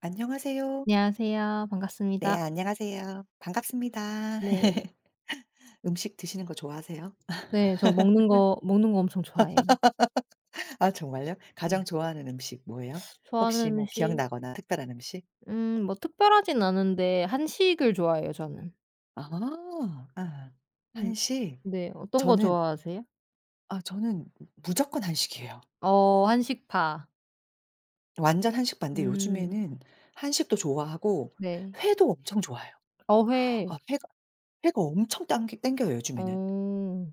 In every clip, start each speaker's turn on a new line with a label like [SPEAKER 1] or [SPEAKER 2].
[SPEAKER 1] 안녕하세요.
[SPEAKER 2] 안녕하세요.
[SPEAKER 1] 네,
[SPEAKER 2] 반갑습니다.
[SPEAKER 1] 안녕하세요. 반갑습니다.
[SPEAKER 2] 네.
[SPEAKER 1] 음식 드시는 거 좋아하세요?
[SPEAKER 2] 네 저 먹는 거 엄청 좋아해요.
[SPEAKER 1] 아, 정말요?
[SPEAKER 2] 네.
[SPEAKER 1] 가장 좋아하는 음식 뭐예요? 혹시
[SPEAKER 2] 좋아하는
[SPEAKER 1] 뭐
[SPEAKER 2] 음식
[SPEAKER 1] 기억나거나 특별한 음식?
[SPEAKER 2] 뭐 특별하진 않은데 한식을 좋아해요 저는.
[SPEAKER 1] 아. 아.
[SPEAKER 2] 음.
[SPEAKER 1] 한식.
[SPEAKER 2] 네. 어떤 거
[SPEAKER 1] 저는
[SPEAKER 2] 좋아하세요?
[SPEAKER 1] 저는 무조건 한식이에요.
[SPEAKER 2] 어 한식파.
[SPEAKER 1] 완전 한식반데
[SPEAKER 2] 음
[SPEAKER 1] 요즘에는 한식도 좋아하고
[SPEAKER 2] 네.
[SPEAKER 1] 회도 엄청 좋아해요.
[SPEAKER 2] 어회.
[SPEAKER 1] 아, 회가 엄청 당기 땡겨요 요즘에는.
[SPEAKER 2] 어.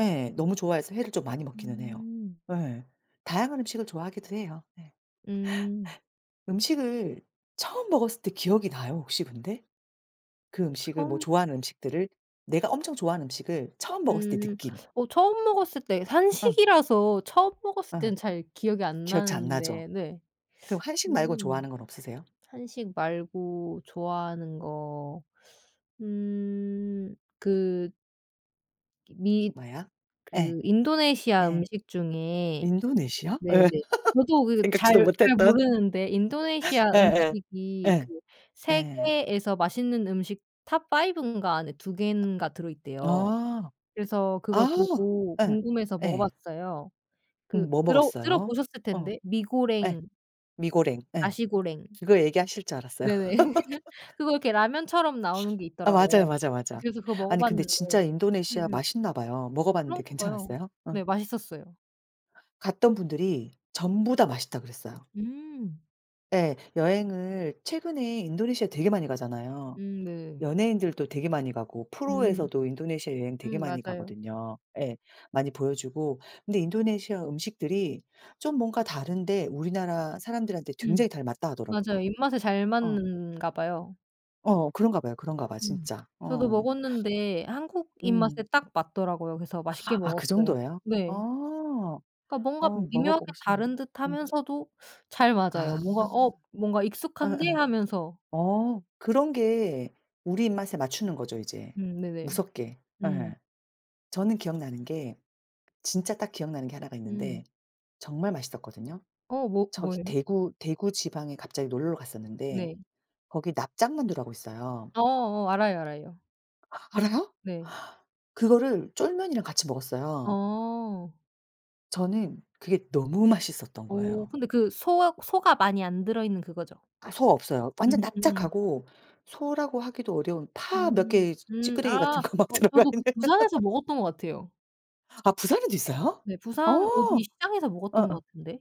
[SPEAKER 1] 예. 너무 좋아해서 회를 좀 많이 먹기는 해요.
[SPEAKER 2] 음.
[SPEAKER 1] 예. 다양한 음식을 좋아하기도 해요. 예.
[SPEAKER 2] 음.
[SPEAKER 1] 음식을 처음 먹었을 때 기억이 나요 혹시 근데? 그 음식을 뭐
[SPEAKER 2] 처음
[SPEAKER 1] 좋아하는 음식들을 내가 엄청 좋아하는 음식을 처음 먹었을 때
[SPEAKER 2] 음
[SPEAKER 1] 느낌.
[SPEAKER 2] 처음 먹었을 때
[SPEAKER 1] 응,
[SPEAKER 2] 한식이라서 처음 먹었을
[SPEAKER 1] 응.
[SPEAKER 2] 때는 잘 기억이 안
[SPEAKER 1] 기억 잘 안 나죠?
[SPEAKER 2] 나는데 네.
[SPEAKER 1] 그럼 한식 말고
[SPEAKER 2] 음.
[SPEAKER 1] 좋아하는 건 없으세요?
[SPEAKER 2] 한식 말고 좋아하는 거 그 미
[SPEAKER 1] 마야? 예.
[SPEAKER 2] 그 인도네시아
[SPEAKER 1] 예.
[SPEAKER 2] 음식 중에
[SPEAKER 1] 인도네시아?
[SPEAKER 2] 네네.
[SPEAKER 1] 예.
[SPEAKER 2] 저도 그
[SPEAKER 1] 생각지도
[SPEAKER 2] 잘
[SPEAKER 1] 못했던.
[SPEAKER 2] 모르는데 인도네시아
[SPEAKER 1] 예예.
[SPEAKER 2] 음식이
[SPEAKER 1] 예.
[SPEAKER 2] 그
[SPEAKER 1] 예. 예.
[SPEAKER 2] 세계에서 맛있는 음식 탑5 인가 안에 2인가 들어있대요.
[SPEAKER 1] 아.
[SPEAKER 2] 그래서 그걸
[SPEAKER 1] 아.
[SPEAKER 2] 보고
[SPEAKER 1] 예.
[SPEAKER 2] 궁금해서
[SPEAKER 1] 예.
[SPEAKER 2] 먹어봤어요. 그
[SPEAKER 1] 뭐 먹었어요?
[SPEAKER 2] 들어보셨을
[SPEAKER 1] 어.
[SPEAKER 2] 텐데
[SPEAKER 1] 예.
[SPEAKER 2] 미고랭,
[SPEAKER 1] 미고랭.
[SPEAKER 2] 아
[SPEAKER 1] 예.
[SPEAKER 2] 시고랭
[SPEAKER 1] 그거 얘기하실 줄 알았어요.
[SPEAKER 2] 네네. 그거 이렇게 라면처럼 나오는 게
[SPEAKER 1] 아, 맞아요,
[SPEAKER 2] 있더라고요.
[SPEAKER 1] 맞아, 맞아.
[SPEAKER 2] 그래서 그거 먹어
[SPEAKER 1] 아니, 근데
[SPEAKER 2] 봤는데
[SPEAKER 1] 진짜 인도네시아
[SPEAKER 2] 음음.
[SPEAKER 1] 맛있나 봐요. 먹어 봤는데
[SPEAKER 2] 그런가 봐요.
[SPEAKER 1] 괜찮았어요? 어.
[SPEAKER 2] 네 맛있었어요.
[SPEAKER 1] 갔던 분들이 전부 다 맛있다 그랬어요.
[SPEAKER 2] 음.
[SPEAKER 1] 예. 여행을 최근에 인도네시아 되게 많이 가잖아요.
[SPEAKER 2] 네.
[SPEAKER 1] 연예인들도 되게 많이 가고
[SPEAKER 2] 음.
[SPEAKER 1] 프로에서도 인도네시아 여행 되게 많이
[SPEAKER 2] 맞아요.
[SPEAKER 1] 가거든요. 예. 많이 보여주고. 근데 인도네시아 음식들이 좀 뭔가 다른데 우리나라 사람들한테
[SPEAKER 2] 음.
[SPEAKER 1] 굉장히 잘 맞다
[SPEAKER 2] 맞아요.
[SPEAKER 1] 하더라고요.
[SPEAKER 2] 입맛에 잘
[SPEAKER 1] 어.
[SPEAKER 2] 맞는가 봐요.
[SPEAKER 1] 어, 그런가 봐요, 그런가 봐
[SPEAKER 2] 음.
[SPEAKER 1] 진짜.
[SPEAKER 2] 저도
[SPEAKER 1] 어.
[SPEAKER 2] 먹었는데 한국 입맛에
[SPEAKER 1] 음.
[SPEAKER 2] 딱 맞더라고요. 그래서 맛있게
[SPEAKER 1] 아, 그
[SPEAKER 2] 먹었어요.
[SPEAKER 1] 정도예요?
[SPEAKER 2] 네.
[SPEAKER 1] 어.
[SPEAKER 2] 그러니까 뭔가
[SPEAKER 1] 어,
[SPEAKER 2] 미묘하게
[SPEAKER 1] 먹어보고 싶네.
[SPEAKER 2] 다른
[SPEAKER 1] 음.
[SPEAKER 2] 듯하면서도 잘 맞아요.
[SPEAKER 1] 아,
[SPEAKER 2] 뭔가 '어 뭔가 익숙한데?'
[SPEAKER 1] 응응.
[SPEAKER 2] 하면서.
[SPEAKER 1] 어, 그런 게 우리 입맛에 맞추는 거죠 이제.
[SPEAKER 2] 네네.
[SPEAKER 1] 무섭게.
[SPEAKER 2] 음.
[SPEAKER 1] 예. 저는 기억나는 게 진짜 딱 기억나는 게 하나가
[SPEAKER 2] 음.
[SPEAKER 1] 있는데 정말 맛있었거든요.
[SPEAKER 2] 어 뭐
[SPEAKER 1] 저기
[SPEAKER 2] 뭐예요?
[SPEAKER 1] 대구 지방에 갑자기 놀러 갔었는데
[SPEAKER 2] 네.
[SPEAKER 1] 거기 납작만두라고 있어요.
[SPEAKER 2] 어어 알아요, 알아요.
[SPEAKER 1] 알아요?
[SPEAKER 2] 네.
[SPEAKER 1] 그거를 쫄면이랑 같이 먹었어요.
[SPEAKER 2] 어.
[SPEAKER 1] 저는 그게 너무 맛있었던
[SPEAKER 2] 어
[SPEAKER 1] 거예요.
[SPEAKER 2] 근데 그 소 소가 많이 안 들어있는 그거죠?
[SPEAKER 1] 아, 소 없어요. 완전
[SPEAKER 2] 음음.
[SPEAKER 1] 납작하고 소라고 하기도 어려운 파 몇
[SPEAKER 2] 음.
[SPEAKER 1] 개 찌끄레기
[SPEAKER 2] 아
[SPEAKER 1] 같은 거 막
[SPEAKER 2] 어
[SPEAKER 1] 들어가
[SPEAKER 2] 저도 그
[SPEAKER 1] 있는.
[SPEAKER 2] 부산에서 먹었던 것 같아요.
[SPEAKER 1] 아, 부산에도 있어요?
[SPEAKER 2] 네
[SPEAKER 1] 어.
[SPEAKER 2] 부산 어디 시장에서 먹었던
[SPEAKER 1] 어어.
[SPEAKER 2] 것 같은데.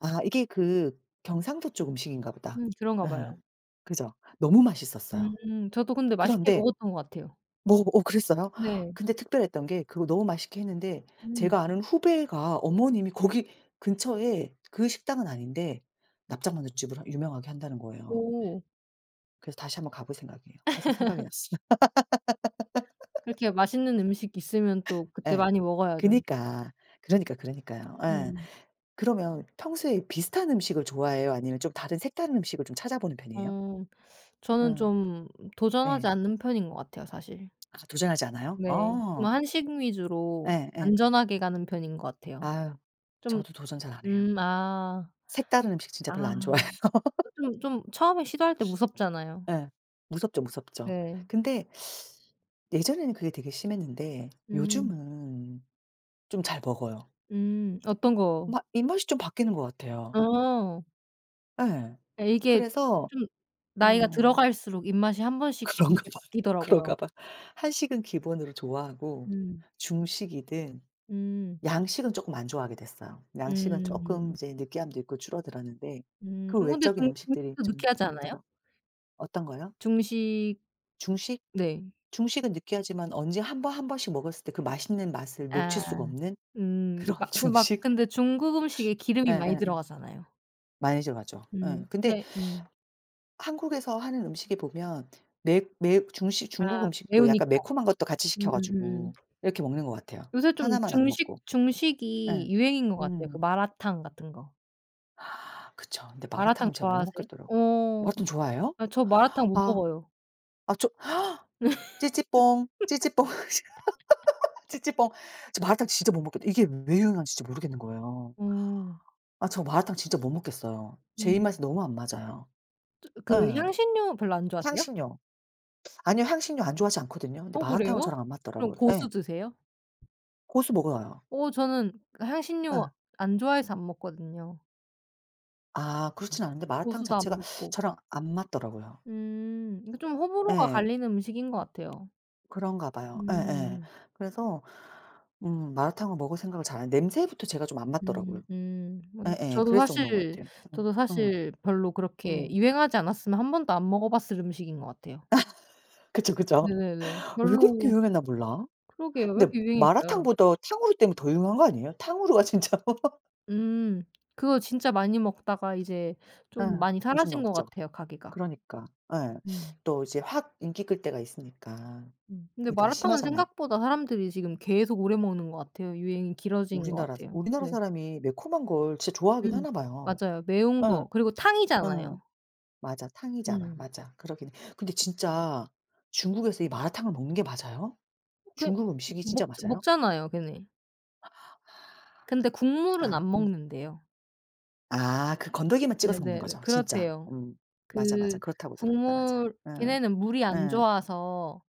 [SPEAKER 1] 아, 이게 그 경상도 쪽 음식인가 보다.
[SPEAKER 2] 그런가 봐요.
[SPEAKER 1] 예. 그죠? 너무 맛있었어요.
[SPEAKER 2] 저도 근데 맛있게
[SPEAKER 1] 그런데
[SPEAKER 2] 먹었던 것 같아요.
[SPEAKER 1] 뭐, 어 그랬어요?
[SPEAKER 2] 네.
[SPEAKER 1] 근데 특별했던 게 그거 너무 맛있게 했는데
[SPEAKER 2] 음.
[SPEAKER 1] 제가 아는 후배가 어머님이 거기 근처에, 그 식당은 아닌데 납작만두집을 유명하게 한다는 거예요.
[SPEAKER 2] 오.
[SPEAKER 1] 그래서 다시 한번 가볼 생각이에요. 그래서 생각이 났어요.
[SPEAKER 2] 그렇게 맛있는 음식 있으면 또 그때
[SPEAKER 1] 예.
[SPEAKER 2] 많이 먹어야죠.
[SPEAKER 1] 그니까. 그러니까, 그러니까요. 예.
[SPEAKER 2] 음.
[SPEAKER 1] 그러면 평소에 비슷한 음식을 좋아해요? 아니면 좀 다른 색다른 음식을 좀 찾아보는 편이에요?
[SPEAKER 2] 어 저는
[SPEAKER 1] 응.
[SPEAKER 2] 좀 도전하지
[SPEAKER 1] 예.
[SPEAKER 2] 않는 편인 것 같아요 사실.
[SPEAKER 1] 아, 도전하지 않아요?
[SPEAKER 2] 네.
[SPEAKER 1] 어.
[SPEAKER 2] 뭐 한식 위주로
[SPEAKER 1] 예예.
[SPEAKER 2] 안전하게 가는 편인 것 같아요.
[SPEAKER 1] 아유,
[SPEAKER 2] 좀
[SPEAKER 1] 저도 도전 잘 안 해요.
[SPEAKER 2] 아.
[SPEAKER 1] 색다른 음식 진짜 별로
[SPEAKER 2] 아.
[SPEAKER 1] 안 좋아해요.
[SPEAKER 2] 좀 처음에 시도할 때 무섭잖아요.
[SPEAKER 1] 예. 무섭죠, 무섭죠.
[SPEAKER 2] 네.
[SPEAKER 1] 근데 예전에는 그게 되게 심했는데
[SPEAKER 2] 음.
[SPEAKER 1] 요즘은 좀 잘 먹어요.
[SPEAKER 2] 음. 어떤 거
[SPEAKER 1] 막 입맛이 좀 바뀌는 것 같아요.
[SPEAKER 2] 어.
[SPEAKER 1] 예.
[SPEAKER 2] 예 이게
[SPEAKER 1] 그래서
[SPEAKER 2] 좀 나이가
[SPEAKER 1] 어.
[SPEAKER 2] 들어갈수록 입맛이 한 번씩
[SPEAKER 1] 그런가 봐요.
[SPEAKER 2] 이렇게 바뀌더라고요.
[SPEAKER 1] 그런가 봐. 한식은 기본으로 좋아하고
[SPEAKER 2] 음.
[SPEAKER 1] 중식이든
[SPEAKER 2] 음.
[SPEAKER 1] 양식은 쪼끔 안 좋아하게 됐어요. 양식은 쪼끔
[SPEAKER 2] 음.
[SPEAKER 1] 이제 느끼함도 있고 줄어들었는데
[SPEAKER 2] 음.
[SPEAKER 1] 그
[SPEAKER 2] 어 근데
[SPEAKER 1] 외적인
[SPEAKER 2] 중
[SPEAKER 1] 음식들이
[SPEAKER 2] 중식도
[SPEAKER 1] 좀
[SPEAKER 2] 느끼하지 않아요?
[SPEAKER 1] 늘더라. 어떤 거요?
[SPEAKER 2] 중식
[SPEAKER 1] 중식?
[SPEAKER 2] 네.
[SPEAKER 1] 중식은 느끼하지만 언제 한 번씩 먹었을 때 그 맛있는 맛을
[SPEAKER 2] 아.
[SPEAKER 1] 놓칠 수가 없는
[SPEAKER 2] 음.
[SPEAKER 1] 그런.
[SPEAKER 2] 막 그 막
[SPEAKER 1] 중식?
[SPEAKER 2] 근데 중국 음식에 기름이 많이
[SPEAKER 1] 예예예.
[SPEAKER 2] 들어가잖아요.
[SPEAKER 1] 많이 좋아가죠. 예. 근데
[SPEAKER 2] 근데
[SPEAKER 1] 한국에서 하는 음식에 보면 매 매 중식 중국
[SPEAKER 2] 아
[SPEAKER 1] 음식도 약간
[SPEAKER 2] 매우니까.
[SPEAKER 1] 매콤한 것도 같이 시켜
[SPEAKER 2] 음음음.
[SPEAKER 1] 가지고 이렇게 먹는 것 같아요.
[SPEAKER 2] 요새 좀
[SPEAKER 1] 하나만 안 먹고. 예.
[SPEAKER 2] 중식이 유행인 것 같아요. 그
[SPEAKER 1] 음.
[SPEAKER 2] 마라탕 같은 거.
[SPEAKER 1] 아, 그쵸. 근데
[SPEAKER 2] 마라탕
[SPEAKER 1] 마라탕은 제가 못
[SPEAKER 2] 좋아하세요?
[SPEAKER 1] 먹겠더라고요.
[SPEAKER 2] 어.
[SPEAKER 1] 마라탕 좋아해요?
[SPEAKER 2] 아 저 마라탕 못
[SPEAKER 1] 아.
[SPEAKER 2] 먹어요.
[SPEAKER 1] 아, 저 찌찌뽕, 찌찌뽕, 찌찌뽕. 저 마라탕 진짜 못 먹겠다. 이게 왜 유행지 진짜 모르겠는 거예요.
[SPEAKER 2] 어.
[SPEAKER 1] 아, 저 마라탕 진짜 못 먹겠어요. 제
[SPEAKER 2] 음.
[SPEAKER 1] 입맛에 너무 안 맞아요.
[SPEAKER 2] 저 그
[SPEAKER 1] 예.
[SPEAKER 2] 향신료 별로 안 좋아하세요?
[SPEAKER 1] 향신료. 아니요, 향신료 안 좋아하지 않거든요. 근데
[SPEAKER 2] 어
[SPEAKER 1] 마라탕은
[SPEAKER 2] 그래요?
[SPEAKER 1] 저랑 안
[SPEAKER 2] 그럼
[SPEAKER 1] 맞더라고요. 예.
[SPEAKER 2] 고수 드세요?
[SPEAKER 1] 고수 먹어요.
[SPEAKER 2] 어 저는 향신료
[SPEAKER 1] 예.
[SPEAKER 2] 안 좋아해서 안 먹거든요.
[SPEAKER 1] 아, 그렇진 않은데 마라탕
[SPEAKER 2] 고수도 안
[SPEAKER 1] 자체가
[SPEAKER 2] 먹고.
[SPEAKER 1] 저랑 안 맞더라고요.
[SPEAKER 2] 음. 이게 좀 호불호가
[SPEAKER 1] 예.
[SPEAKER 2] 갈리는 음식인 것 같아요.
[SPEAKER 1] 그런가 봐요. 예예.
[SPEAKER 2] 음.
[SPEAKER 1] 그래서 마라탕을 먹을 생각을 잘 안, 냄새부터 제가 좀 안 맞더라고요. 예예.
[SPEAKER 2] 저도
[SPEAKER 1] 그래서 좀 그런 것
[SPEAKER 2] 사실
[SPEAKER 1] 같아요. 음.
[SPEAKER 2] 저도
[SPEAKER 1] 음.
[SPEAKER 2] 사실 별로 그렇게
[SPEAKER 1] 음.
[SPEAKER 2] 유행하지 않았으면 한 번도 안 먹어 봤을 음식인 것 같아요.
[SPEAKER 1] 그쵸, 그쵸.
[SPEAKER 2] 네네네.
[SPEAKER 1] 왜 그렇게
[SPEAKER 2] 별로
[SPEAKER 1] 유명했나 몰라.
[SPEAKER 2] 그러게요. 왜
[SPEAKER 1] 근데
[SPEAKER 2] 이렇게 유행일까요?
[SPEAKER 1] 마라탕보다 탕후루 때문에 더 유명한 거 아니에요? 탕후루가 진짜.
[SPEAKER 2] 음. 그거 진짜 많이 먹다가 이제 좀
[SPEAKER 1] 예.
[SPEAKER 2] 많이
[SPEAKER 1] 요즘에
[SPEAKER 2] 사라진 것
[SPEAKER 1] 없죠.
[SPEAKER 2] 같아요, 가게가.
[SPEAKER 1] 그러니까. 예.
[SPEAKER 2] 음.
[SPEAKER 1] 또 이제 확 인기 끌 때가 있으니까.
[SPEAKER 2] 음. 근데
[SPEAKER 1] 그게 되게
[SPEAKER 2] 마라탕은
[SPEAKER 1] 심하잖아요.
[SPEAKER 2] 생각보다 사람들이 지금 계속 오래 먹는 것 같아요. 유행이 길어진 것
[SPEAKER 1] 우리나라
[SPEAKER 2] 같아요.
[SPEAKER 1] 우리나라
[SPEAKER 2] 네.
[SPEAKER 1] 사람이 매콤한 걸 진짜 좋아하긴
[SPEAKER 2] 음.
[SPEAKER 1] 하나 봐요.
[SPEAKER 2] 맞아요. 매운
[SPEAKER 1] 응,
[SPEAKER 2] 거 그리고
[SPEAKER 1] 응,
[SPEAKER 2] 탕이잖아요.
[SPEAKER 1] 맞아. 탕이잖아.
[SPEAKER 2] 음.
[SPEAKER 1] 맞아. 그러긴 해. 근데 진짜 중국에서 이 마라탕을 먹는 게 맞아요?
[SPEAKER 2] 그
[SPEAKER 1] 중국 음식이
[SPEAKER 2] 먹
[SPEAKER 1] 진짜 맞아요?
[SPEAKER 2] 먹잖아요, 걔네. 근데 국물은
[SPEAKER 1] 아,
[SPEAKER 2] 안 먹는대요.
[SPEAKER 1] 아, 그 건더기만 찍어서 먹는
[SPEAKER 2] 네네.
[SPEAKER 1] 거죠 진짜.
[SPEAKER 2] 그렇대요.
[SPEAKER 1] 음. 맞아, 맞아.
[SPEAKER 2] 그
[SPEAKER 1] 그렇다고 들었다. 맞아.
[SPEAKER 2] 국물
[SPEAKER 1] 응.
[SPEAKER 2] 걔네는 물이 안
[SPEAKER 1] 응,
[SPEAKER 2] 좋아서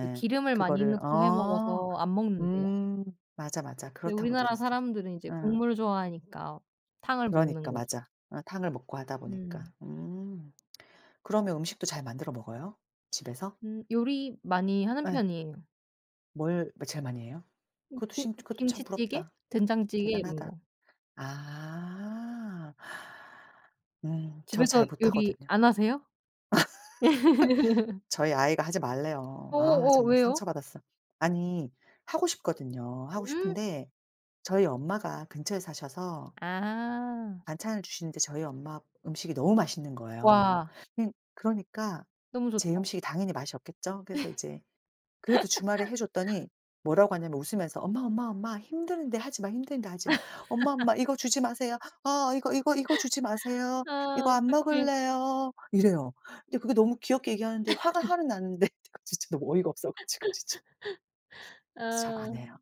[SPEAKER 2] 그 기름을 많이
[SPEAKER 1] 그거를
[SPEAKER 2] 넣고 해
[SPEAKER 1] 어.
[SPEAKER 2] 먹어서 안 먹는대요.
[SPEAKER 1] 음. 맞아, 맞아.
[SPEAKER 2] 근데
[SPEAKER 1] 그렇다고
[SPEAKER 2] 우리나라
[SPEAKER 1] 들었어요.
[SPEAKER 2] 사람들은 이제
[SPEAKER 1] 응.
[SPEAKER 2] 국물 좋아하니까 탕을 먹는
[SPEAKER 1] 그러니까
[SPEAKER 2] 거죠.
[SPEAKER 1] 맞아. 어, 탕을 먹고 하다 보니까.
[SPEAKER 2] 음.
[SPEAKER 1] 음. 그러면 음식도 잘 만들어 먹어요? 집에서?
[SPEAKER 2] 요리 많이 하는
[SPEAKER 1] 예.
[SPEAKER 2] 편이에요.
[SPEAKER 1] 뭘 뭐 제일 많이 해요?
[SPEAKER 2] 김
[SPEAKER 1] 그것도 참
[SPEAKER 2] 김치찌개,
[SPEAKER 1] 부럽다.
[SPEAKER 2] 된장찌개 이런
[SPEAKER 1] 대단하다.
[SPEAKER 2] 거.
[SPEAKER 1] 아. 저
[SPEAKER 2] 집에서
[SPEAKER 1] 잘
[SPEAKER 2] 요리
[SPEAKER 1] 못하거든요.
[SPEAKER 2] 안 하세요?
[SPEAKER 1] 저희 아이가 하지 말래요. 아,
[SPEAKER 2] 어어
[SPEAKER 1] 정말
[SPEAKER 2] 왜요?
[SPEAKER 1] 상처받았어. 아니, 하고 싶거든요. 하고
[SPEAKER 2] 음.
[SPEAKER 1] 싶은데 저희 엄마가 근처에 사셔서
[SPEAKER 2] 아.
[SPEAKER 1] 반찬을 주시는데 저희 엄마 음식이 너무 맛있는 거예요.
[SPEAKER 2] 와
[SPEAKER 1] 그러니까
[SPEAKER 2] 너무 좋다.
[SPEAKER 1] 제 음식이 당연히 맛이 없겠죠. 그래서 이제 그래도 주말에 해 줬더니 뭐라고 하냐면 웃으면서 "엄마, 엄마, 엄마 힘드는데 하지 마, 힘드는데 하지 마. 엄마, 엄마 이거 주지 마세요. 아, 이거, 이거, 이거 주지 마세요.
[SPEAKER 2] 아
[SPEAKER 1] 이거 안
[SPEAKER 2] 어떡해.
[SPEAKER 1] 먹을래요." 이래요. 근데 그게 너무 귀엽게 얘기하는데 화가 화는 나는데 진짜 너무 어이가 없어 가지고 진짜 그래서 잘
[SPEAKER 2] 아.
[SPEAKER 1] 안 해요.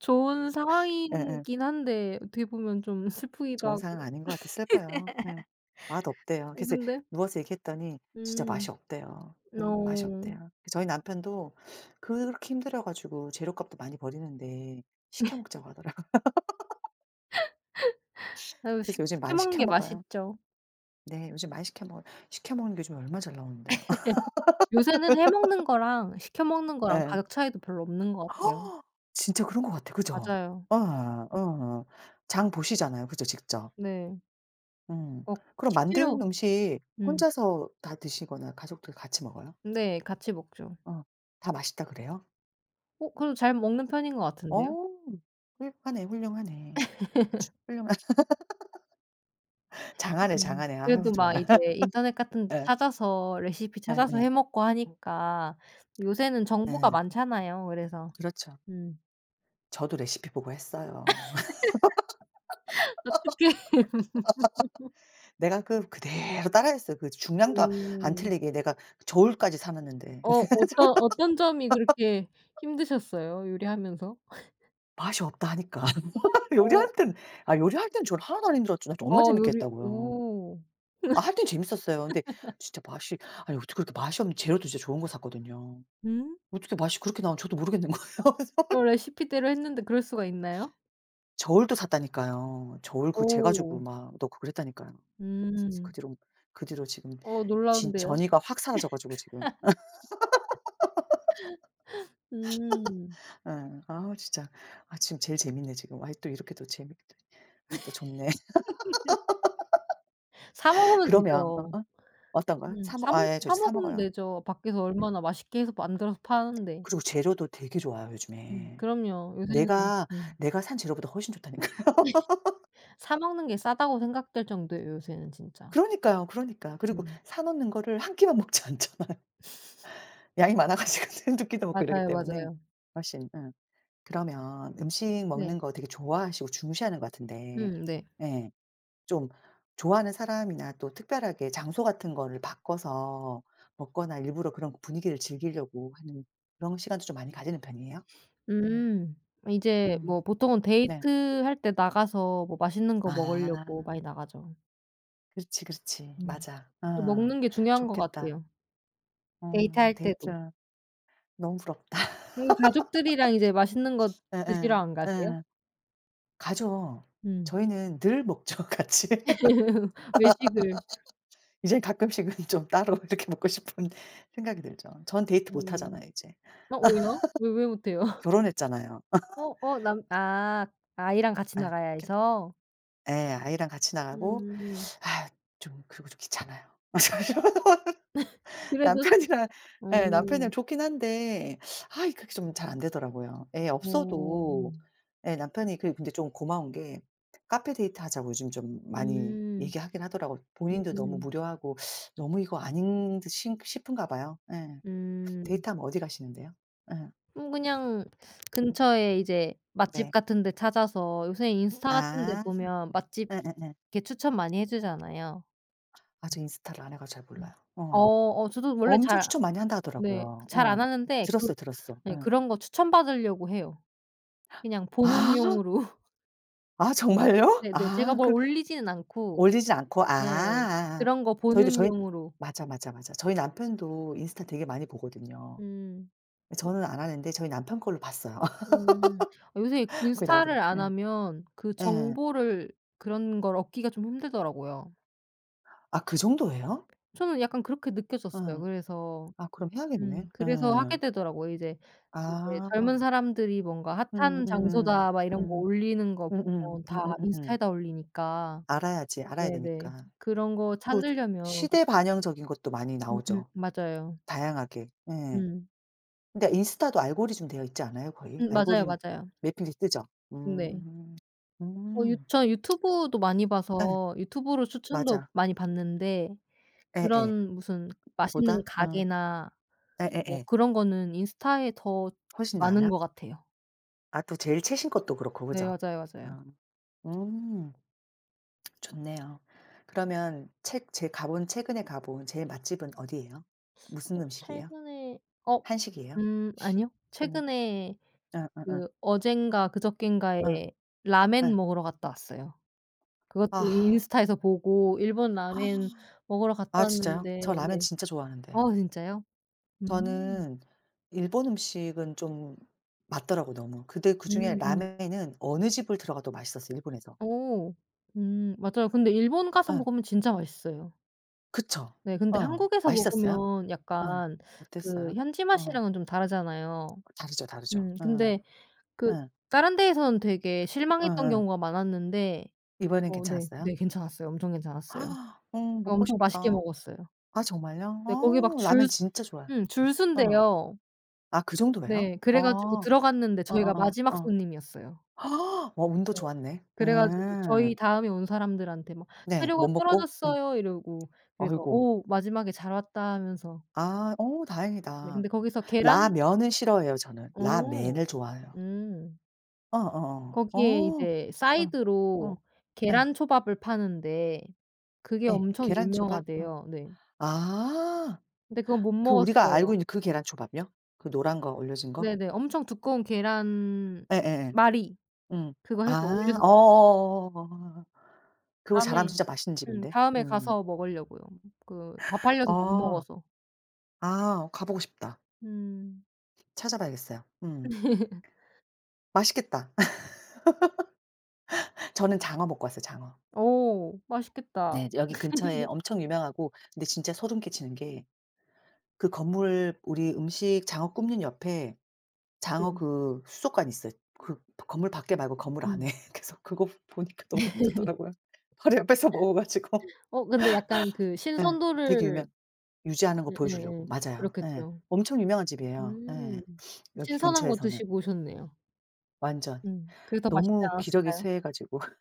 [SPEAKER 2] 좋은
[SPEAKER 1] 예예.
[SPEAKER 2] 상황이긴 한데 어떻게 보면 좀 슬프기도
[SPEAKER 1] 좋은 상황
[SPEAKER 2] 하고.
[SPEAKER 1] 아닌 것 같아 슬퍼요. 예. 맛없대요. 그래서
[SPEAKER 2] 근데
[SPEAKER 1] 누워서 얘기했더니 진짜
[SPEAKER 2] 음.
[SPEAKER 1] 맛이 없대요. 맛이
[SPEAKER 2] 어.
[SPEAKER 1] 없대요. 저희 남편도 그렇게 힘들어 가지고 재료값도 많이 버리는데 시켜 먹자고 하더라고요.
[SPEAKER 2] 아유 시
[SPEAKER 1] 그래서 요즘
[SPEAKER 2] 시켜
[SPEAKER 1] 많이
[SPEAKER 2] 먹는
[SPEAKER 1] 시켜
[SPEAKER 2] 게
[SPEAKER 1] 먹어요.
[SPEAKER 2] 맛있죠.
[SPEAKER 1] 네. 요즘 많이 시켜 먹어요. 시켜 먹는 게 요즘 얼마나 잘 나오는데요.
[SPEAKER 2] 요새는 해 먹는 거랑 시켜 먹는 거랑
[SPEAKER 1] 예.
[SPEAKER 2] 가격 차이도 별로 없는 것 같아요.
[SPEAKER 1] 허! 진짜 그런 것 같아. 그죠?
[SPEAKER 2] 맞아요.
[SPEAKER 1] 예.
[SPEAKER 2] 음
[SPEAKER 1] 예. 장 보시잖아요. 그죠? 직접.
[SPEAKER 2] 네.
[SPEAKER 1] 음.
[SPEAKER 2] 어
[SPEAKER 1] 그럼
[SPEAKER 2] 식재료
[SPEAKER 1] 만든 음식
[SPEAKER 2] 음.
[SPEAKER 1] 혼자서 다 드시거나 가족들 같이 먹어요?
[SPEAKER 2] 네. 같이 먹죠.
[SPEAKER 1] 어. 다 맛있다 그래요?
[SPEAKER 2] 어 그래도 잘 먹는 편인 것 같은데요.
[SPEAKER 1] 어. 훌륭하네, 훌륭하네. 훌륭한. 장하네,
[SPEAKER 2] 음.
[SPEAKER 1] 장하네. 아유,
[SPEAKER 2] 그래도 막
[SPEAKER 1] 정말.
[SPEAKER 2] 이제 인터넷 같은 데
[SPEAKER 1] 예.
[SPEAKER 2] 찾아서 레시피
[SPEAKER 1] 예예.
[SPEAKER 2] 찾아서
[SPEAKER 1] 예.
[SPEAKER 2] 해 먹고 하니까 요새는 정보가
[SPEAKER 1] 예.
[SPEAKER 2] 많잖아요. 그래서
[SPEAKER 1] 그렇죠.
[SPEAKER 2] 음.
[SPEAKER 1] 저도 레시피 보고 했어요.
[SPEAKER 2] 어떡해.
[SPEAKER 1] 내가 그대로 따라했어요. 그 중량도 안
[SPEAKER 2] 음.
[SPEAKER 1] 틀리게 내가 저울까지 사 놨는데
[SPEAKER 2] 어 어떤 점이 그렇게 힘드셨어요? 요리하면서?
[SPEAKER 1] 맛이 없다 하니까.
[SPEAKER 2] 어
[SPEAKER 1] 요리할 땐 요리할 땐 저는 하나도 안 힘들었죠. 나 정말
[SPEAKER 2] 어
[SPEAKER 1] 재밌게
[SPEAKER 2] 요리
[SPEAKER 1] 했다고요.
[SPEAKER 2] 오.
[SPEAKER 1] 아, 할 땐 재밌었어요. 근데 진짜 맛이, 아니 어떻게 그렇게 맛이 없는, 재료도 진짜 좋은 거 샀거든요.
[SPEAKER 2] 음.
[SPEAKER 1] 어떻게 맛이 그렇게 나오는지 저도 모르겠는 거예요.
[SPEAKER 2] 어 레시피대로 했는데 그럴 수가 있나요?
[SPEAKER 1] 저울도 샀다니까요. 저울 그거 재
[SPEAKER 2] 오.
[SPEAKER 1] 가지고 막 넣고 그랬다니까요. 그래서 이제 그 그
[SPEAKER 2] 음.
[SPEAKER 1] 뒤로 그 뒤로 지금,
[SPEAKER 2] 어
[SPEAKER 1] 진
[SPEAKER 2] 놀라운데요.
[SPEAKER 1] 전이가 확 사라져 가지고 지금.
[SPEAKER 2] 음.
[SPEAKER 1] 예. 아, 진짜. 아, 지금 제일 재밌네 지금. 아이, 또 이렇게 또 재밌게 또 아이 또 좋네.
[SPEAKER 2] 사 먹으면
[SPEAKER 1] 그러면
[SPEAKER 2] 되죠.
[SPEAKER 1] 어떤 거요?
[SPEAKER 2] 음.
[SPEAKER 1] 사 먹 아, 예. 저
[SPEAKER 2] 사
[SPEAKER 1] 사
[SPEAKER 2] 먹으면
[SPEAKER 1] 먹어요.
[SPEAKER 2] 되죠. 밖에서
[SPEAKER 1] 예.
[SPEAKER 2] 얼마나 맛있게 해서 만들어서 파는데.
[SPEAKER 1] 그리고 재료도 되게 좋아요
[SPEAKER 2] 음.
[SPEAKER 1] 요즘에.
[SPEAKER 2] 그럼요. 요새는
[SPEAKER 1] 내가, 내가 산 재료보다 훨씬 좋다니까요.
[SPEAKER 2] 사 먹는 게 싸다고 생각될 정도예요 요새는 진짜.
[SPEAKER 1] 그러니까요, 그러니까. 그리고
[SPEAKER 2] 음.
[SPEAKER 1] 사 놓는 거를 한 끼만 먹지 않잖아. 양이 많아 가지고 두 끼도 먹고 이러기
[SPEAKER 2] 맞아요,
[SPEAKER 1] 때문에
[SPEAKER 2] 맞아요.
[SPEAKER 1] 훨씬. 예. 그러면 음식
[SPEAKER 2] 네.
[SPEAKER 1] 먹는 거 되게 좋아하시고 중시하는 것 같은데
[SPEAKER 2] 네.
[SPEAKER 1] 예. 좀 좋아하는 사람이나 또 특별하게 장소 같은 거를 바꿔서 먹거나 일부러 그런 분위기를 즐기려고 하는 그런 시간도 좀 많이 가지는 편이에요? 예.
[SPEAKER 2] 음. 이제
[SPEAKER 1] 음.
[SPEAKER 2] 뭐 보통은
[SPEAKER 1] 네.
[SPEAKER 2] 데이트할 때 나가서 뭐 맛있는 거 먹으려고
[SPEAKER 1] 아.
[SPEAKER 2] 많이 나가죠.
[SPEAKER 1] 그렇지, 그렇지.
[SPEAKER 2] 음.
[SPEAKER 1] 맞아.
[SPEAKER 2] 그
[SPEAKER 1] 어.
[SPEAKER 2] 먹는 게 중요한 것
[SPEAKER 1] 좋겠다.
[SPEAKER 2] 같아요.
[SPEAKER 1] 어,
[SPEAKER 2] 데이트할
[SPEAKER 1] 데이트
[SPEAKER 2] 때도.
[SPEAKER 1] 너무 부럽다.
[SPEAKER 2] 가족들이랑 이제 맛있는 거 드시러
[SPEAKER 1] 예예.
[SPEAKER 2] 안 가세요?
[SPEAKER 1] 예. 가죠.
[SPEAKER 2] 음.
[SPEAKER 1] 저희는 늘 먹죠 같이.
[SPEAKER 2] 외식을.
[SPEAKER 1] 이젠 가끔씩은 좀 따로 이렇게 먹고 싶은 생각이 들죠. 전 데이트 못
[SPEAKER 2] 음.
[SPEAKER 1] 하잖아요 이제.
[SPEAKER 2] 어 왜요? 왜 못 해요?
[SPEAKER 1] 결혼했잖아요. 아,
[SPEAKER 2] 어 어 남 아 아이랑 같이 나가야 해서?
[SPEAKER 1] 예. 아이랑 같이 나가고,
[SPEAKER 2] 음.
[SPEAKER 1] 아, 좀, 그리고 좀 귀찮아요.
[SPEAKER 2] 그래도
[SPEAKER 1] 남편이랑,
[SPEAKER 2] 어.
[SPEAKER 1] 예, 남편이랑 좋긴 한데 아, 이게 좀 잘 안 되더라고요. 애
[SPEAKER 2] 어.
[SPEAKER 1] 없어도
[SPEAKER 2] 음.
[SPEAKER 1] 예, 남편이 그 근데 좀 고마운 게 카페 데이트 하자고 요즘 좀 많이 얘기하긴 하더라고요. 본인도 너무
[SPEAKER 2] 음.
[SPEAKER 1] 무료하고 너무 이거 아닌 듯 싶은가 봐요. 예.
[SPEAKER 2] 음.
[SPEAKER 1] 데이트하면 어디 가시는데요? 예.
[SPEAKER 2] 그냥
[SPEAKER 1] 음.
[SPEAKER 2] 근처에 이제 맛집
[SPEAKER 1] 네.
[SPEAKER 2] 같은 데 찾아서 요새 인스타 같은 데
[SPEAKER 1] 아.
[SPEAKER 2] 보면 맛집
[SPEAKER 1] 예예예.
[SPEAKER 2] 이렇게 추천 많이 해 주잖아요.
[SPEAKER 1] 아, 저 인스타를 안 해 가지고 잘 몰라요.
[SPEAKER 2] 음. 어
[SPEAKER 1] 어.
[SPEAKER 2] 어 저도 원래
[SPEAKER 1] 엄청
[SPEAKER 2] 잘
[SPEAKER 1] 추천 많이 한다
[SPEAKER 2] 네 그
[SPEAKER 1] 하더라고요.
[SPEAKER 2] 잘
[SPEAKER 1] 어.
[SPEAKER 2] 안 하는데 그
[SPEAKER 1] 들었어요, 들었어.
[SPEAKER 2] 네
[SPEAKER 1] 예.
[SPEAKER 2] 그런 거 추천받으려고 해요. 그냥 보는
[SPEAKER 1] 아.
[SPEAKER 2] 용으로.
[SPEAKER 1] 아, 정말요?
[SPEAKER 2] 네네. 제가
[SPEAKER 1] 아,
[SPEAKER 2] 뭘
[SPEAKER 1] 그.
[SPEAKER 2] 올리지는 않고
[SPEAKER 1] 올리지 않고 아.
[SPEAKER 2] 네
[SPEAKER 1] 아.
[SPEAKER 2] 그런 거
[SPEAKER 1] 저희도
[SPEAKER 2] 보는
[SPEAKER 1] 저희
[SPEAKER 2] 용으로.
[SPEAKER 1] 맞아, 맞아, 맞아. 저희 남편도 인스타 되게 많이 보거든요.
[SPEAKER 2] 음.
[SPEAKER 1] 저는 안 하는데 저희 남편 걸로 봤어요.
[SPEAKER 2] 음. 아 요새
[SPEAKER 1] 그게
[SPEAKER 2] 인스타를
[SPEAKER 1] 나오더라고요.
[SPEAKER 2] 안
[SPEAKER 1] 예.
[SPEAKER 2] 하면 그
[SPEAKER 1] 예.
[SPEAKER 2] 정보를 그런 걸 얻기가 좀 힘들더라고요.
[SPEAKER 1] 아, 그 정도예요?
[SPEAKER 2] 저는 약간 그렇게 느껴졌어요.
[SPEAKER 1] 예.
[SPEAKER 2] 그래서
[SPEAKER 1] 아, 그럼 해야겠네. 예.
[SPEAKER 2] 그래서 하게 되더라고요. 이제 이제 젊은
[SPEAKER 1] 아.
[SPEAKER 2] 사람들이 뭔가 "핫한
[SPEAKER 1] 음음음.
[SPEAKER 2] 장소다." 막 이런 거
[SPEAKER 1] 음.
[SPEAKER 2] 올리는 거
[SPEAKER 1] 음음.
[SPEAKER 2] 보면 다 인스타에다 올리니까
[SPEAKER 1] 알아야지. 알아야
[SPEAKER 2] 네네.
[SPEAKER 1] 되니까.
[SPEAKER 2] 그런 거
[SPEAKER 1] 그
[SPEAKER 2] 찾으려면
[SPEAKER 1] 시대 반영적인 것도 많이
[SPEAKER 2] 음음
[SPEAKER 1] 나오죠,
[SPEAKER 2] 맞아요.
[SPEAKER 1] 다양하게. 예.
[SPEAKER 2] 음.
[SPEAKER 1] 근데 인스타도 알고리즘 되어 있지 않아요, 거의?
[SPEAKER 2] 맞아요,
[SPEAKER 1] 알고리즘
[SPEAKER 2] 맞아요.
[SPEAKER 1] 매핑이 뜨죠?
[SPEAKER 2] 네.
[SPEAKER 1] 음.
[SPEAKER 2] 어 유
[SPEAKER 1] 음.
[SPEAKER 2] 저는 유튜브도 많이
[SPEAKER 1] 예.
[SPEAKER 2] 봐서 유튜브로 추천도
[SPEAKER 1] 맞아.
[SPEAKER 2] 많이 받는데
[SPEAKER 1] 예예.
[SPEAKER 2] 그런 무슨 맛있는
[SPEAKER 1] 보다? 어.
[SPEAKER 2] 가게나 뭐
[SPEAKER 1] 예예예.
[SPEAKER 2] 그런 거는 인스타에 더
[SPEAKER 1] 훨씬
[SPEAKER 2] 많은
[SPEAKER 1] 나아요?
[SPEAKER 2] 것 같아요.
[SPEAKER 1] 아, 또 제일 최신 것도 그렇고
[SPEAKER 2] 네
[SPEAKER 1] 그죠?
[SPEAKER 2] 맞아요, 맞아요.
[SPEAKER 1] 어. 음. 좋네요. 그러면 책 제 가본 최근에 가본 제일 맛집은 어디예요?
[SPEAKER 2] 어
[SPEAKER 1] 무슨 음식이에요?
[SPEAKER 2] 최근에 어
[SPEAKER 1] 한식이에요?
[SPEAKER 2] 아니요.
[SPEAKER 1] 음.
[SPEAKER 2] 최근에
[SPEAKER 1] 어, 어, 어.
[SPEAKER 2] 그 어젠가
[SPEAKER 1] 어.
[SPEAKER 2] 그저껜가에 라멘
[SPEAKER 1] 예.
[SPEAKER 2] 먹으러 갔다 왔어요. 그것도
[SPEAKER 1] 아.
[SPEAKER 2] 인스타에서 보고 일본 라멘 먹으러 갔다
[SPEAKER 1] 아, 진짜요?
[SPEAKER 2] 왔는데
[SPEAKER 1] 저 라면
[SPEAKER 2] 네.
[SPEAKER 1] 진짜 좋아하는데.
[SPEAKER 2] 어 진짜요? 음.
[SPEAKER 1] 저는 일본 음식은 좀 맞더라고 너무. 근데 그중에
[SPEAKER 2] 음음.
[SPEAKER 1] 라멘은 어느 집을 들어가도 맛있었어요 일본에서.
[SPEAKER 2] 오 맞아요. 근데 일본 가서
[SPEAKER 1] 예.
[SPEAKER 2] 먹으면 진짜 맛있어요.
[SPEAKER 1] 그쵸.
[SPEAKER 2] 네 근데
[SPEAKER 1] 어.
[SPEAKER 2] 한국에서
[SPEAKER 1] 맛있었어요?
[SPEAKER 2] 먹으면
[SPEAKER 1] 어.
[SPEAKER 2] 약간 그
[SPEAKER 1] 어땠어요?
[SPEAKER 2] 현지
[SPEAKER 1] 어.
[SPEAKER 2] 맛이랑은 좀 다르잖아요.
[SPEAKER 1] 다르죠, 다르죠. 어.
[SPEAKER 2] 근데 그
[SPEAKER 1] 예.
[SPEAKER 2] 다른 데에서는 되게 실망했던
[SPEAKER 1] 어어.
[SPEAKER 2] 경우가 많았는데
[SPEAKER 1] 이번엔
[SPEAKER 2] 어 네.
[SPEAKER 1] 괜찮았어요?
[SPEAKER 2] 네 괜찮았어요. 엄청 괜찮았어요.
[SPEAKER 1] 먹고
[SPEAKER 2] 엄청 맛있게
[SPEAKER 1] 싶다.
[SPEAKER 2] 먹었어요.
[SPEAKER 1] 아, 정말요?
[SPEAKER 2] 네 거기 막
[SPEAKER 1] 어,
[SPEAKER 2] 줄
[SPEAKER 1] 라멘 진짜 좋아해요.
[SPEAKER 2] 줄
[SPEAKER 1] 어.
[SPEAKER 2] 선대요.
[SPEAKER 1] 아, 그 정도예요?
[SPEAKER 2] 네.
[SPEAKER 1] 어.
[SPEAKER 2] 그래 가지고
[SPEAKER 1] 어어어
[SPEAKER 2] 들어갔는데 저희가
[SPEAKER 1] 어.
[SPEAKER 2] 마지막
[SPEAKER 1] 어, 어.
[SPEAKER 2] 손님이었어요.
[SPEAKER 1] 아, 어, 운도
[SPEAKER 2] 네.
[SPEAKER 1] 좋았네.
[SPEAKER 2] 그래 가지고
[SPEAKER 1] 음.
[SPEAKER 2] 저희 다음에 온 사람들한테 막
[SPEAKER 1] 네.
[SPEAKER 2] "사료가
[SPEAKER 1] 못 먹고? 음.
[SPEAKER 2] 떨어졌어요." 이러고 그래서
[SPEAKER 1] 아이고.
[SPEAKER 2] "오 마지막에 잘 왔다." 하면서
[SPEAKER 1] 아,
[SPEAKER 2] 네
[SPEAKER 1] 다행이다.
[SPEAKER 2] 근데 거기서 계란
[SPEAKER 1] 라면은 싫어해요 저는.
[SPEAKER 2] 어
[SPEAKER 1] 라멘을 좋아해요.
[SPEAKER 2] 음.
[SPEAKER 1] 어, 어, 어.
[SPEAKER 2] 거기에
[SPEAKER 1] 어.
[SPEAKER 2] 이제
[SPEAKER 1] 어. 어. 어, 어,
[SPEAKER 2] 사이드로
[SPEAKER 1] 예.
[SPEAKER 2] 계란초밥을 파는데 그게
[SPEAKER 1] 예.
[SPEAKER 2] 엄청
[SPEAKER 1] 계란초밥. 어.
[SPEAKER 2] 유명하대요. 네.
[SPEAKER 1] 아.
[SPEAKER 2] 근데 그건 못
[SPEAKER 1] 그 우리가
[SPEAKER 2] 먹었어요.
[SPEAKER 1] 알고 있는 그 계란초밥이요? 그 노란 거 올려진 거?
[SPEAKER 2] 네네. 엄청 두꺼운
[SPEAKER 1] 예예예.
[SPEAKER 2] 계란말이
[SPEAKER 1] 음.
[SPEAKER 2] 그거 해서
[SPEAKER 1] 아.
[SPEAKER 2] 올려서
[SPEAKER 1] 어어어어어 그거 잘하면
[SPEAKER 2] 다음에
[SPEAKER 1] 진짜 맛있는 집인데.
[SPEAKER 2] 다음에
[SPEAKER 1] 음.
[SPEAKER 2] 가서 먹으려고요. 그 다 팔려서 못
[SPEAKER 1] 어.
[SPEAKER 2] 먹어서.
[SPEAKER 1] 아, 가보고 싶다.
[SPEAKER 2] 음.
[SPEAKER 1] 찾아봐야겠어요. 음. 맛있겠다. 저는 장어 먹고 왔어요, 장어.
[SPEAKER 2] 어 맛있겠다.
[SPEAKER 1] 네. 여기 근처에 엄청 유명하고, 근데 진짜 소름 끼치는 게 그 건물, 우리 음식 장어 굽는 옆에
[SPEAKER 2] 네.
[SPEAKER 1] 장어 그 수족관 있어요. 그 건물 밖에 말고 건물 안에.
[SPEAKER 2] 음.
[SPEAKER 1] 그래서 그거 보니까 너무 힘들더라고요. 바로 옆에서 먹어 가지고.
[SPEAKER 2] 어 근데 약간 그
[SPEAKER 1] 예. 되게
[SPEAKER 2] 신선도를
[SPEAKER 1] 유명 유지하는 거 보여주려고.
[SPEAKER 2] 예예예.
[SPEAKER 1] 맞아요. 예.
[SPEAKER 2] 그렇겠죠.
[SPEAKER 1] 엄청 유명한 집이에요.
[SPEAKER 2] 음.
[SPEAKER 1] 예. 여기
[SPEAKER 2] 신선한 거
[SPEAKER 1] 근처에서는.
[SPEAKER 2] 드시고 오셨네요.
[SPEAKER 1] 완전.
[SPEAKER 2] 음. 그게 더 맛있지
[SPEAKER 1] 너무 기력이
[SPEAKER 2] 않았을까요?
[SPEAKER 1] 쇠해 가지고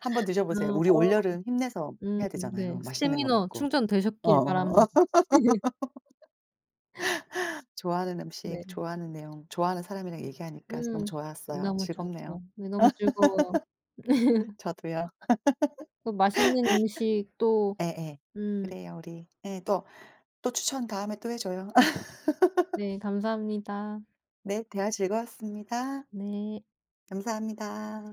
[SPEAKER 1] 한번 드셔
[SPEAKER 2] 아
[SPEAKER 1] 보세요. 우리
[SPEAKER 2] 어
[SPEAKER 1] 올여름 힘내서 해야
[SPEAKER 2] 네.
[SPEAKER 1] 되잖아요, 맛있는 거
[SPEAKER 2] 스태미너
[SPEAKER 1] 먹고.
[SPEAKER 2] 충전되셨길 바랍니다.
[SPEAKER 1] 어어. 좋아하는 음식,
[SPEAKER 2] 네.
[SPEAKER 1] 좋아하는 내용, 좋아하는 사람이랑 얘기하니까 너무
[SPEAKER 2] 음.
[SPEAKER 1] 좋았어요.
[SPEAKER 2] 너무
[SPEAKER 1] 즐겁네요.
[SPEAKER 2] 좋았어요. 네 너무 즐거워
[SPEAKER 1] 저도요.
[SPEAKER 2] 또 맛있는 음식 또
[SPEAKER 1] 예예.
[SPEAKER 2] 음
[SPEAKER 1] 그래요 우리. 예, 또 추천 다음에 또 해 줘요.
[SPEAKER 2] 네. 네 감사합니다.
[SPEAKER 1] 네, 대화 즐거웠습니다.
[SPEAKER 2] 네.
[SPEAKER 1] 감사합니다.